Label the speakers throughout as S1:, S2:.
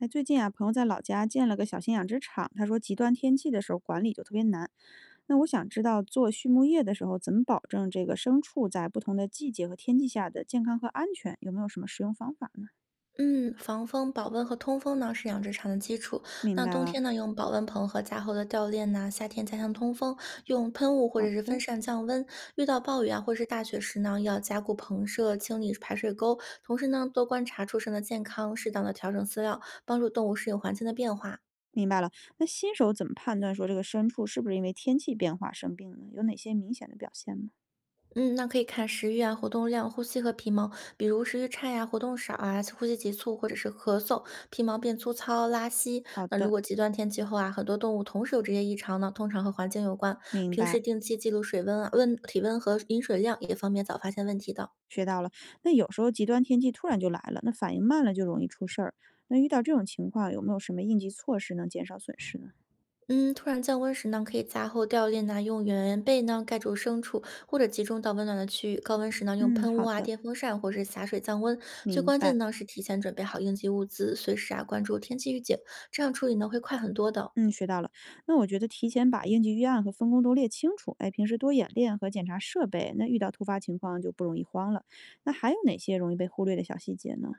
S1: 哎，最近啊，朋友在老家建了个小型养殖场，他说极端天气的时候管理就特别难。那我想知道，做畜牧业的时候怎么保证这个牲畜在不同的季节和天气下的健康和安全？有没有什么实用方法呢？
S2: 嗯，防风、保温和通风呢是养殖场的基础。
S1: 明
S2: 那
S1: 白
S2: 冬
S1: 了，
S2: 天呢，用保温棚和加厚的吊链呢；夏天加强通风，用喷雾或
S1: 好
S2: 者是风
S1: 的，
S2: 扇降温。遇到暴雨啊或是大雪时呢，要加固棚舍、清理排水沟，同时呢，多观察畜生的健康，适当的调整饲料，帮助动物适应环境的变化。
S1: 明白了。那新手怎么判断说这个牲畜是不是因为天气变化生病呢？有哪些明显的表现吗？
S2: 嗯，那可以看食欲啊、活动量、呼吸和皮毛，比如食欲差呀、活动少啊、呼吸急促或者是咳嗽，皮毛变粗糙、拉稀。
S1: 好
S2: 那如
S1: 的，
S2: 果极端天气后啊，很多动物同时有这些异常呢，通常和环境有关。
S1: 明
S2: 平
S1: 白，
S2: 时定期记录水温啊、温体温和饮水量，也方便早发现问题的。
S1: 学到了。那有时候极端天气突然就来了，那反应慢了就容易出事儿。那遇到这种情况，有没有什么应急措施能减少损失呢？
S2: 嗯，突然降温时呢，可以加厚吊链呐、用圆圆被呢盖住牲畜，或者集中到温暖的区域。高温时呢，用
S1: 嗯，
S2: 喷雾
S1: 好
S2: 啊、
S1: 的，
S2: 电风扇或是洒水降温。最
S1: 明
S2: 关
S1: 白。
S2: 键的呢是提前准备好应急物资，随时啊关注天气预警，这样处理呢会快很多的。
S1: 嗯，学到了。那我觉得提前把应急预案和分工都列清楚，哎，平时多演练和检查设备，那遇到突发情况就不容易慌了。那还有哪些容易被忽略的小细节呢？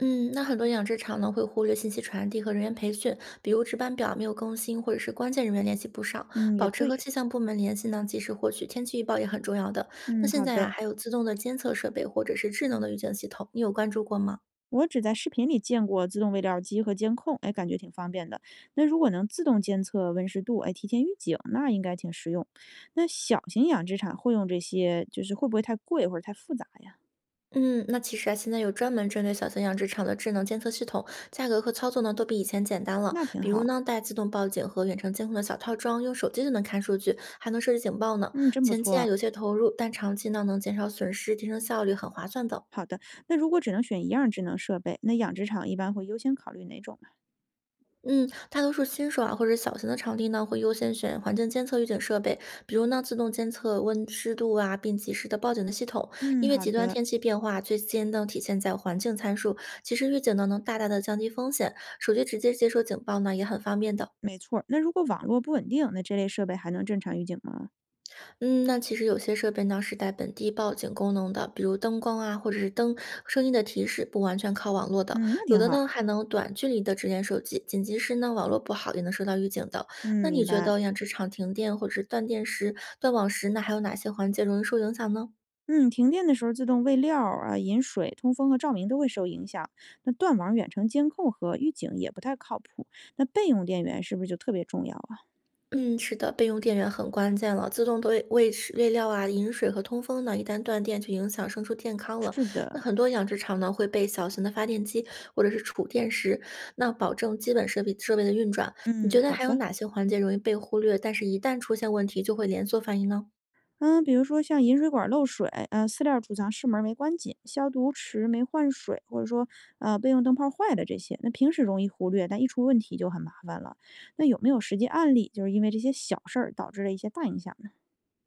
S2: 嗯，那很多养殖场呢会忽略信息传递和人员培训，比如值班表没有更新，或者是关键人员联系不上，
S1: 嗯，也
S2: 保持
S1: 对。
S2: 和气象部门联系呢，及时获取天气预报也很重要的。
S1: 嗯，
S2: 那现
S1: 好
S2: 在啊
S1: 的。
S2: 还有自动的监测设备或者是智能的预警系统，你有关注过吗？
S1: 我只在视频里见过自动喂料机和监控，哎，感觉挺方便的。那如果能自动监测温湿度，哎，提前预警，那应该挺实用。那小型养殖场会用这些，就是会不会太贵或者太复杂呀？
S2: 嗯，那其实啊，现在有专门针对小型养殖场的智能监测系统，价格和操作呢都比以前简单了。
S1: 那挺
S2: 比如
S1: 好，
S2: 呢，带自动报警和远程监控的小套装，用手机就能看数据，还能设置警报呢。
S1: 嗯，真不
S2: 前期啊
S1: 错。
S2: 有些投入，但长期呢能减少损失，提升效率，很划算的。
S1: 好的，那如果只能选一样智能设备，那养殖场一般会优先考虑哪种呢？
S2: 嗯，大多数新手啊或者小型的场地呢，会优先选环境监测预警设备，比如呢自动监测温湿度啊，并及时的报警的系统。
S1: 嗯，
S2: 因为
S1: 好
S2: 极端
S1: 的，
S2: 天气变化最先能体现在环境参数，其实预警呢能大大的降低风险，手机直接接收警报呢也很方便的。
S1: 没错儿。那如果网络不稳定，那这类设备还能正常预警吗？
S2: 嗯，那其实有些设备呢是带本地报警功能的，比如灯光啊，或者是灯声音的提示，不完全靠网络的。
S1: 嗯，那
S2: 有
S1: 挺
S2: 的
S1: 好。
S2: 呢还能短距离的直连手机，紧急时呢网络不好也能收到预警的。
S1: 嗯，
S2: 那你
S1: 明
S2: 觉得
S1: 白。
S2: 养殖场停电或者是断电时、断网时，那还有哪些环节容易受影响呢？
S1: 嗯，停电的时候自动喂料儿啊、饮水、通风和照明都会受影响。那断网、远程监控和预警也不太靠谱。那备用电源是不是就特别重要啊？
S2: 嗯，是的，备用电源很关键了。自动的喂食、喂料啊、饮水和通风呢，一旦断电就影响牲畜健康了。
S1: 是的，
S2: 那很多养殖场呢会备小型的发电机或者是储电池，那保证基本设备的运转。你
S1: 嗯，
S2: 觉得
S1: 好
S2: 还有
S1: 的。
S2: 哪些环节容易被忽略，但是一旦出现问题就会连锁反应呢？
S1: 嗯，比如说像饮水管漏水，饲料储藏室门没关紧，消毒池没换水，或者说备用灯泡坏了这些，那平时容易忽略，但一出问题就很麻烦了。那有没有实际案例，就是因为这些小事儿导致了一些大影响呢？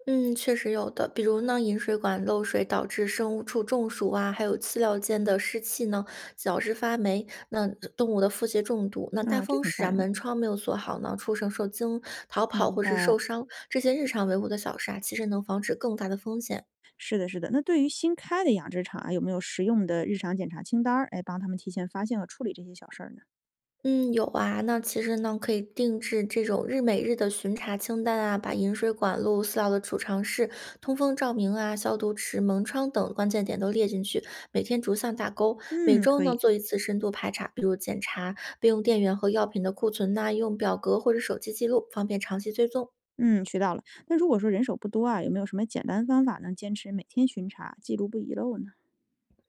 S2: 嗯，确实有的，比如呢，饮水管漏水导致生物处中暑啊，还有饲料间的湿气呢，导致发霉，那动物的腹泻中毒，那大
S1: 嗯，这
S2: 风
S1: 挺
S2: 使
S1: 吓
S2: 啊
S1: 人。
S2: 门窗没有锁好呢，畜生受惊、逃跑
S1: 明
S2: 或是
S1: 白，
S2: 受伤，这些日常维护的小事啊，其实能防止更大的风险。
S1: 是的，是的。那对于新开的养殖场啊，有没有实用的日常检查清单儿，哎，帮他们提前发现和处理这些小事儿呢？
S2: 嗯，有啊。那其实呢，可以定制这种日每日的巡查清单啊，把饮水管路、饲料的储藏室、通风照明啊、消毒池、门窗等关键点都列进去，每天逐项打勾。每
S1: 嗯，
S2: 周
S1: 可
S2: 呢
S1: 以。
S2: 做一次深度排查，比如检查备用电源和药品的库存呐、用表格或者手机记录，方便长期追踪。
S1: 嗯，学到了。那如果说人手不多啊，有没有什么简单方法能坚持每天巡查，记录不遗漏呢？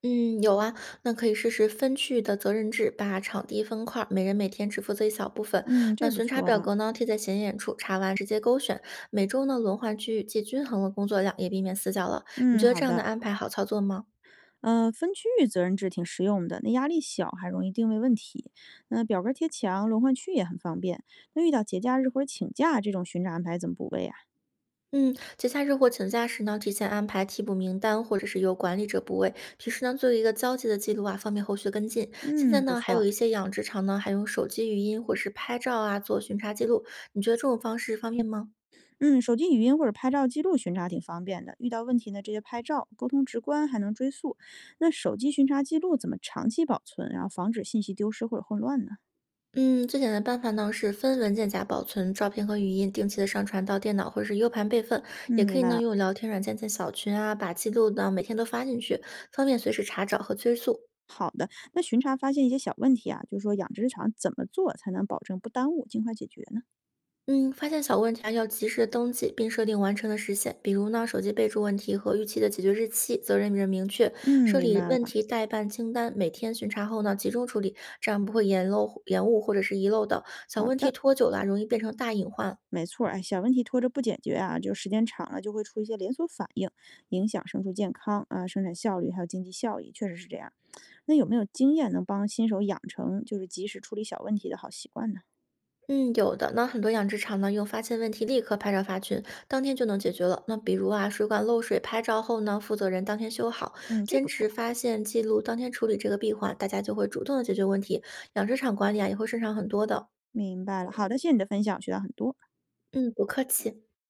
S2: 嗯，有啊，那可以试试分区域的责任制，把场地分块儿每人每天只负责一小部分。
S1: 嗯，这
S2: 那
S1: 不
S2: 巡查
S1: 错
S2: 表
S1: 啊。
S2: 格呢，贴在显眼处，查完直接勾选。每周呢轮换区域，既均衡了工作量，也避免死角了。你
S1: 嗯，
S2: 觉得
S1: 好
S2: 这样的
S1: 的。
S2: 安排好操作吗？
S1: 分区域责任制挺实用的，那压力小，还容易定位问题。那表格贴墙、轮换区也很方便。那遇到节假日或者请假这种巡查安排怎么补位啊？
S2: 嗯，节假日或请假时呢，提前安排替补名单，或者是由管理者补位。平时呢，做一个交接的记录啊，方便后续跟进。现在
S1: 嗯，不
S2: 呢，还有
S1: 错。
S2: 一些养殖场呢，还用手机语音或是拍照啊做巡查记录。你觉得这种方式方便吗？
S1: 嗯，手机语音或者拍照记录巡查挺方便的。遇到问题呢，直接拍照，沟通直观，还能追溯。那手机巡查记录怎么长期保存，然后防止信息丢失或者混乱呢？
S2: 嗯，最简单的办法呢是分文件夹保存照片和语音，定期的上传到电脑或者是 U 盘备份，
S1: 嗯，
S2: 也可
S1: 明
S2: 以
S1: 白
S2: 呢
S1: 了。
S2: 用聊天软件在小群啊，把记录呢每天都发进去，方便随时查找和追溯。
S1: 好的，那巡查发现一些小问题啊，就是说养殖场怎么做才能保证不耽误，尽快解决呢？
S2: 嗯，发现小问题啊，要及时的登记，并设定完成的时限，比如呢手机备注问题和预期的解决日期，责任人明确，
S1: 嗯，
S2: 设
S1: 明
S2: 立
S1: 白了。
S2: 问题待办清单，每天巡查后呢集中处理，这样不会延漏、延误或者是遗漏的小
S1: 好
S2: 问题，
S1: 的，
S2: 拖久了容易变成大隐患。
S1: 没错儿。哎，小问题拖着不解决啊，就时间长了就会出一些连锁反应，影响牲畜健康啊、生产效率还有经济效益，确实是这样。那有没有经验能帮新手养成就是及时处理小问题的好习惯呢？
S2: 嗯，有的。那很多养殖场呢，用发现问题立刻拍照发群，当天就能解决了。那比如啊，水管漏水，拍照后呢，负责人当天修好，
S1: 嗯，这
S2: 坚
S1: 不错，
S2: 持发现记录，当天处理这个闭环，大家就会主动的解决问题，养殖场管理啊也会顺畅很多的。
S1: 明白了。好的，谢谢你的分享，学到很多。
S2: 嗯，不客气。